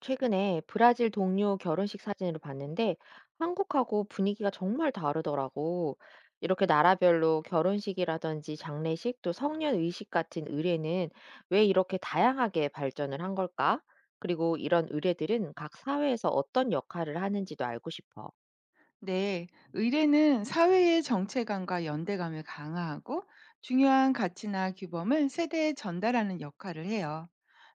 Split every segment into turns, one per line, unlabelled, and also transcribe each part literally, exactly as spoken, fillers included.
최근에 브라질 동료 결혼식 사진을 봤는데 한국하고 분위기가 정말 다르더라고. 이렇게 나라별로 결혼식이라든지 장례식 또 성년 의식 같은 의례는 왜 이렇게 다양하게 발전을 한 걸까? 그리고 이런 의례들은 각 사회에서 어떤 역할을 하는지도 알고 싶어.
네, 의례는 사회의 정체감과 연대감을 강화하고 중요한 가치나 규범을 세대에 전달하는 역할을 해요.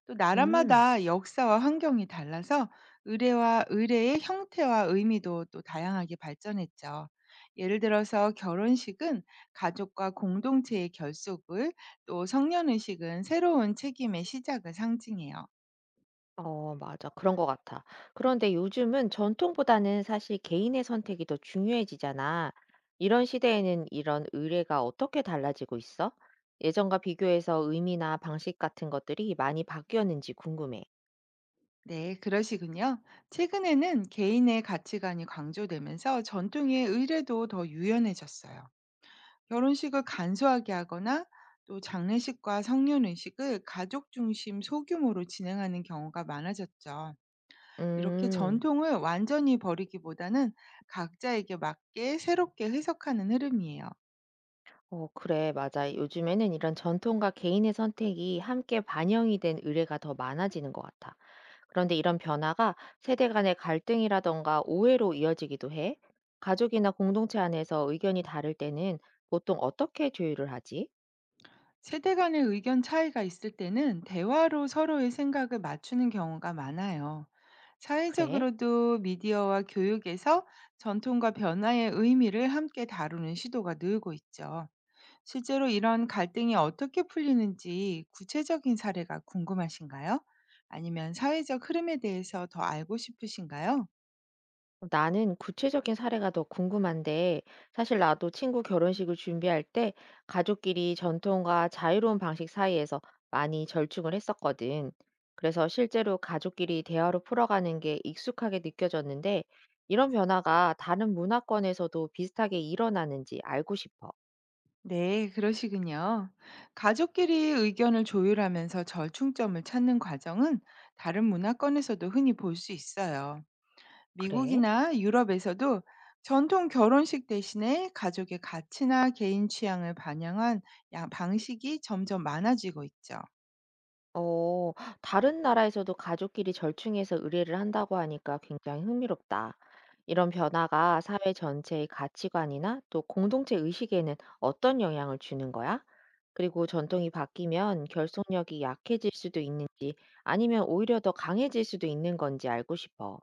또
음.
나라마다 역사와 환경이 달라서 의례와 의례의 형태와 의미도 또 다양하게 발전했죠. 예를 들어서 결혼식은 가족과 공동체의 결속을, 또 성년의식은 새로운 책임의 시작을 상징해요.
어, 맞아. 그런 것 같아. 그런데 요즘은 전통보다는 사실 개인의 선택이 더 중요해지잖아. 이런 시대에는 이런 의례가 어떻게 달라지고 있어? 예전과 비교해서 의미나 방식 같은 것들이 많이 바뀌었는지 궁금해.
네, 그러시군요. 최근에는 개인의 가치관이 강조되면서 전통의 의례도 더 유연해졌어요. 결혼식을 간소하게 하거나 또 장례식과 성년의식을 가족 중심 소규모로 진행하는 경우가 많아졌죠. 이렇게
음,
전통을 완전히 버리기보다는 각자에게 맞게 새롭게 해석하는 흐름이에요.
어, 그래, 맞아. 요즘에는 이런 전통과 개인의 선택이 함께 반영이 된 의례가 더 많아지는 것 같아. 그런데 이런 변화가 세대 간의 갈등이라던가 오해로 이어지기도 해. 가족이나 공동체 안에서 의견이 다를 때는 보통 어떻게 조율을 하지?
세대 간의 의견 차이가 있을 때는 대화로 서로의 생각을 맞추는 경우가 많아요.
그래?
사회적으로도 미디어와 교육에서 전통과 변화의 의미를 함께 다루는 시도가 늘고 있죠. 실제로 이런 갈등이 어떻게 풀리는지 구체적인 사례가 궁금하신가요? 아니면 사회적 흐름에 대해서 더 알고 싶으신가요?
어, 나는 구체적인 사례가 더 궁금한데, 사실 나도 친구 결혼식을 준비할 때 가족끼리 전통과 자유로운 방식 사이에서 많이 절충을 했었거든. 그래서 실제로 가족끼리 대화로 풀어가는 게 익숙하게 느껴졌는데, 이런 변화가 다른 문화권에서도 비슷하게 일어나는지 알고 싶어.
네, 그러시군요. 가족끼리 의견을 조율하면서 절충점을 찾는 과정은 다른 문화권에서도 흔히 볼 수 있어요.
그래?
미국이나 유럽에서도 전통 결혼식 대신에 가족의 가치나 개인 취향을 반영한 야- 방식이 점점 많아지고 있죠.
어, 다른 나라에서도 가족끼리 절충해서 의뢰를 한다고 하니까 굉장히 흥미롭다. 이런 변화가 사회 전체의 가치관이나 또 공동체 의식에는 어떤 영향을 주는 거야? 그리고 전통이 바뀌면 결속력이 약해질 수도 있는지 아니면 오히려 더 강해질 수도 있는 건지 알고 싶어.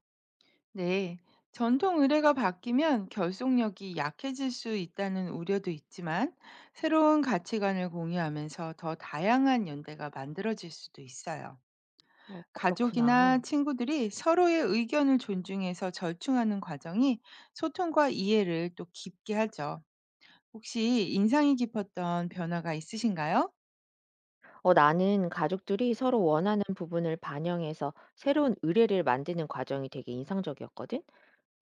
네, 전통 의례가 바뀌면 결속력이 약해질 수 있다는 우려도 있지만 새로운 가치관을 공유하면서 더 다양한 연대가 만들어질 수도 있어요.
어, 그렇구나.
가족이나 친구들이 서로의 의견을 존중해서 절충하는 과정이 소통과 이해를 또 깊게 하죠. 혹시 인상이 깊었던 변화가 있으신가요?
어, 나는 가족들이 서로 원하는 부분을 반영해서 새로운 의뢰를 만드는 과정이 되게 인상적이었거든.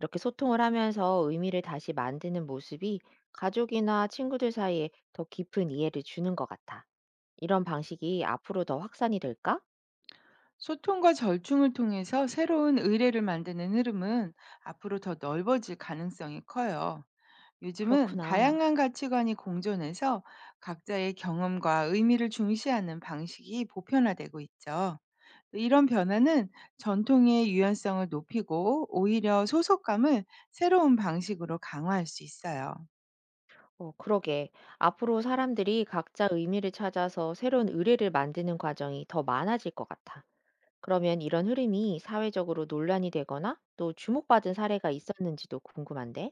이렇게 소통을 하면서 의미를 다시 만드는 모습이 가족이나 친구들 사이에 더 깊은 이해를 주는 것 같아. 이런 방식이 앞으로 더 확산이 될까?
소통과 절충을 통해서 새로운 의뢰를 만드는 흐름은 앞으로 더 넓어질 가능성이 커요. 요즘은
그렇구나.
다양한 가치관이 공존해서 각자의 경험과 의미를 중시하는 방식이 보편화되고 있죠. 이런 변화는 전통의 유연성을 높이고 오히려 소속감을 새로운 방식으로 강화할 수 있어요.
어, 그러게. 앞으로 사람들이 각자 의미를 찾아서 새로운 의뢰를 만드는 과정이 더 많아질 것 같아. 그러면 이런 흐름이 사회적으로 논란이 되거나 또 주목받은 사례가 있었는지도 궁금한데?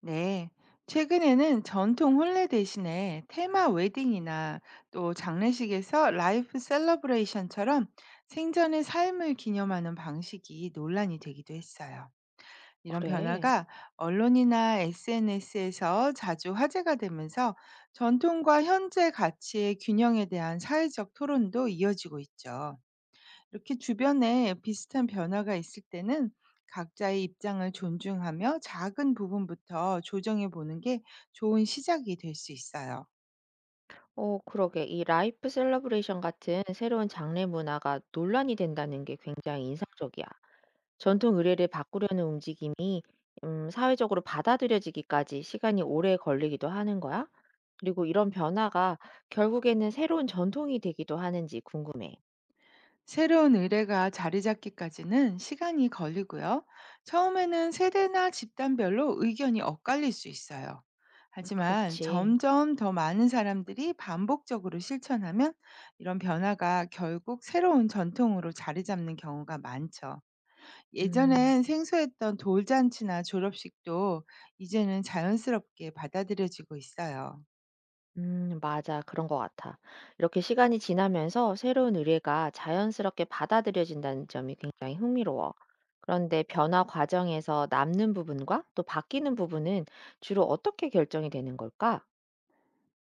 네. 최근에는 전통 혼례 대신에 테마 웨딩이나 또 장례식에서 라이프 셀러브레이션처럼 생전의 삶을 기념하는 방식이 논란이 되기도 했어요. 이런
그래.
변화가 언론이나 에스엔에스에서 자주 화제가 되면서 전통과 현재 가치의 균형에 대한 사회적 토론도 이어지고 있죠. 이렇게 주변에 비슷한 변화가 있을 때는 각자의 입장을 존중하며 작은 부분부터 조정해 보는 게 좋은 시작이 될 수 있어요.
어 그러게. 이 라이프 셀러브레이션 같은 새로운 장르 문화가 논란이 된다는 게 굉장히 인상적이야. 전통 의례를 바꾸려는 움직임이 음 사회적으로 받아들여지기까지 시간이 오래 걸리기도 하는 거야? 그리고 이런 변화가 결국에는 새로운 전통이 되기도 하는지 궁금해.
새로운 의뢰가 자리 잡기까지는 시간이 걸리고요. 처음에는 세대나 집단별로 의견이 엇갈릴 수 있어요. 하지만
그렇지.
점점 더 많은 사람들이 반복적으로 실천하면 이런 변화가 결국 새로운 전통으로 자리 잡는 경우가 많죠.
음.
예전엔 생소했던 돌잔치나 졸업식도 이제는 자연스럽게 받아들여지고 있어요.
음, 맞아. 그런 것 같아. 이렇게 시간이 지나면서 새로운 의뢰가 자연스럽게 받아들여진다는 점이 굉장히 흥미로워. 그런데 변화 과정에서 남는 부분과 또 바뀌는 부분은 주로 어떻게 결정이 되는 걸까?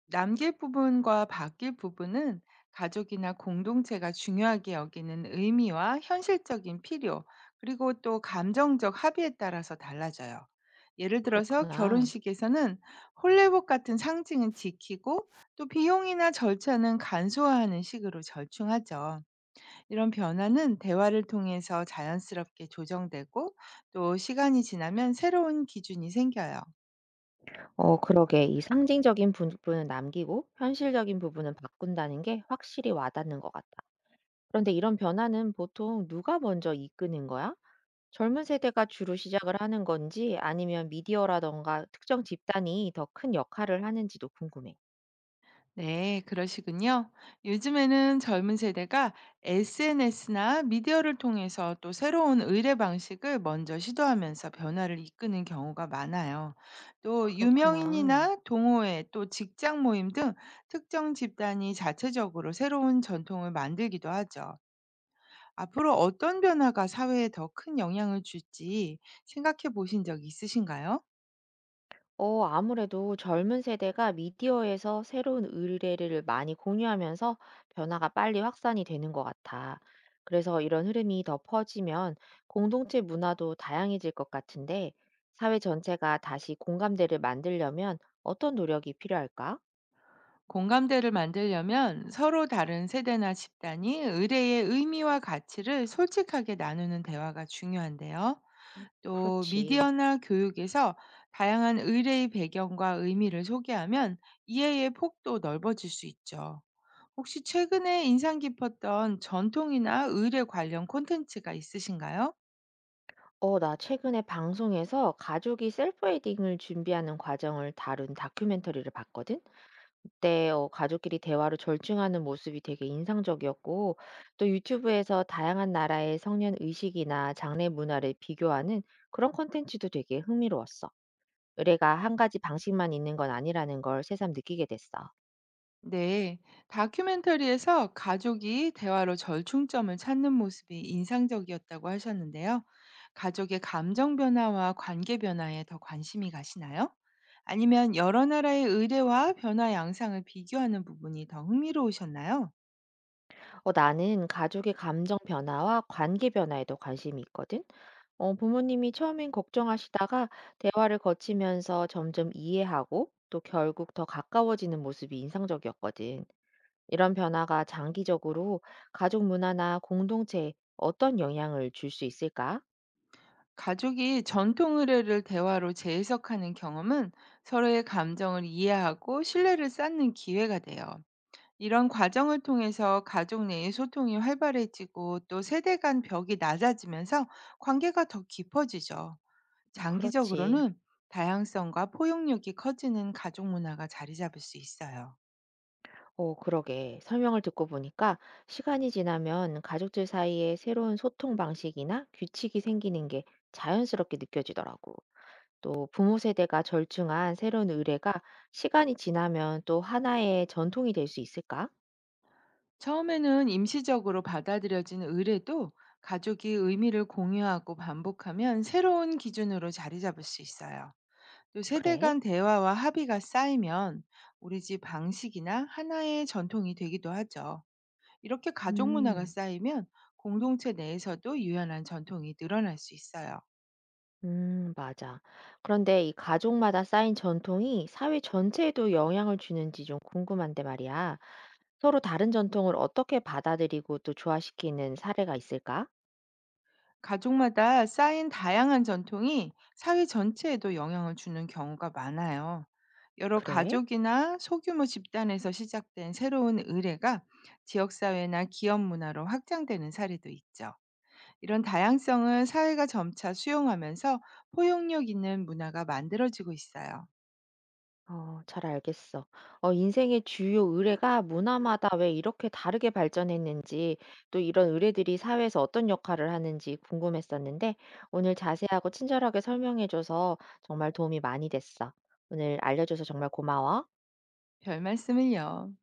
남길 부분과 바뀔 부분은 가족이나 공동체가 중요하게 여기는 의미와 현실적인 필요, 그리고 또 감정적 합의에 따라서 달라져요. 예를 들어서
그렇구나.
결혼식에서는 홀레복 같은 상징은 지키고 또 비용이나 절차는 간소화하는 식으로 절충하죠. 이런 변화는 대화를 통해서 자연스럽게 조정되고 또 시간이 지나면 새로운 기준이 생겨요.
어, 그러게. 이 상징적인 부분은 남기고 현실적인 부분은 바꾼다는 게 확실히 와닿는 것 같다. 그런데 이런 변화는 보통 누가 먼저 이끄는 거야? 젊은 세대가 주로 시작을 하는 건지 아니면 미디어라던가 특정 집단이 더 큰 역할을 하는지도 궁금해.
네, 그러시군요. 요즘에는 젊은 세대가 에스엔에스나 미디어를 통해서 또 새로운 의뢰 방식을 먼저 시도하면서 변화를 이끄는 경우가 많아요. 또
그렇구나.
유명인이나 동호회, 또 직장 모임 등 특정 집단이 자체적으로 새로운 전통을 만들기도 하죠. 앞으로 어떤 변화가 사회에 더 큰 영향을 줄지 생각해 보신 적 있으신가요?
어, 아무래도 젊은 세대가 미디어에서 새로운 의뢰를 많이 공유하면서 변화가 빨리 확산이 되는 것 같아. 그래서 이런 흐름이 더 퍼지면 공동체 문화도 다양해질 것 같은데 사회 전체가 다시 공감대를 만들려면 어떤 노력이 필요할까?
공감대를 만들려면 서로 다른 세대나 집단이 의례의 의미와 가치를 솔직하게 나누는 대화가 중요한데요. 또
그렇지.
미디어나 교육에서 다양한 의례의 배경과 의미를 소개하면 이해의 폭도 넓어질 수 있죠. 혹시 최근에 인상 깊었던 전통이나 의례 관련 콘텐츠가 있으신가요?
어, 나 최근에 방송에서 가족이 셀프웨딩을 준비하는 과정을 다룬 다큐멘터리를 봤거든? 그때 어, 가족끼리 대화로 절충하는 모습이 되게 인상적이었고, 또 유튜브에서 다양한 나라의 성년 의식이나 장례 문화를 비교하는 그런 콘텐츠도 되게 흥미로웠어. 의례가 한 가지 방식만 있는 건 아니라는 걸 새삼 느끼게 됐어.
네, 다큐멘터리에서 가족이 대화로 절충점을 찾는 모습이 인상적이었다고 하셨는데요. 가족의 감정 변화와 관계 변화에 더 관심이 가시나요? 아니면 여러 나라의 의례와 변화 양상을 비교하는 부분이 더 흥미로우셨나요?
어, 나는 가족의 감정 변화와 관계 변화에도 관심이 있거든. 어, 부모님이 처음엔 걱정하시다가 대화를 거치면서 점점 이해하고 또 결국 더 가까워지는 모습이 인상적이었거든. 이런 변화가 장기적으로 가족 문화나 공동체에 어떤 영향을 줄 수 있을까?
가족이 전통 의례를 대화로 재해석하는 경험은 서로의 감정을 이해하고 신뢰를 쌓는 기회가 돼요. 이런 과정을 통해서 가족 내의 소통이 활발해지고 또 세대 간 벽이 낮아지면서 관계가 더 깊어지죠.
그렇지.
장기적으로는 다양성과 포용력이 커지는 가족 문화가 자리 잡을 수 있어요.
어, 그러게. 설명을 듣고 보니까 시간이 지나면 가족들 사이에 새로운 소통 방식이나 규칙이 생기는 게 자연스럽게 느껴지더라고. 또 부모 세대가 절충한 새로운 의례가 시간이 지나면 또 하나의 전통이 될 수 있을까?
처음에는 임시적으로 받아들여진 의례도 가족이 의미를 공유하고 반복하면 새로운 기준으로 자리 잡을 수 있어요. 또 세대
그래?
간 대화와 합의가 쌓이면 우리 집 방식이나 하나의 전통이 되기도 하죠. 이렇게 가족 문화가
음,
쌓이면 공동체 내에서도 유연한 전통이 늘어날 수 있어요.
음, 맞아. 그런데 이 가족마다 쌓인 전통이 사회 전체에도 영향을 주는지 좀 궁금한데 말이야. 서로 다른 전통을 어떻게 받아들이고 또 조화시키는 사례가 있을까?
가족마다 쌓인 다양한 전통이 사회 전체에도 영향을 주는 경우가 많아요. 여러
그래?
가족이나 소규모 집단에서 시작된 새로운 의례가 지역사회나 기업 문화로 확장되는 사례도 있죠. 이런 다양성을 사회가 점차 수용하면서 포용력 있는 문화가 만들어지고 있어요.
어, 잘 알겠어. 어, 인생의 주요 의뢰가 문화마다 왜 이렇게 다르게 발전했는지, 또 이런 의뢰들이 사회에서 어떤 역할을 하는지 궁금했었는데, 오늘 자세하고 친절하게 설명해줘서 정말 도움이 많이 됐어. 오늘 알려줘서 정말 고마워.
별 말씀을요.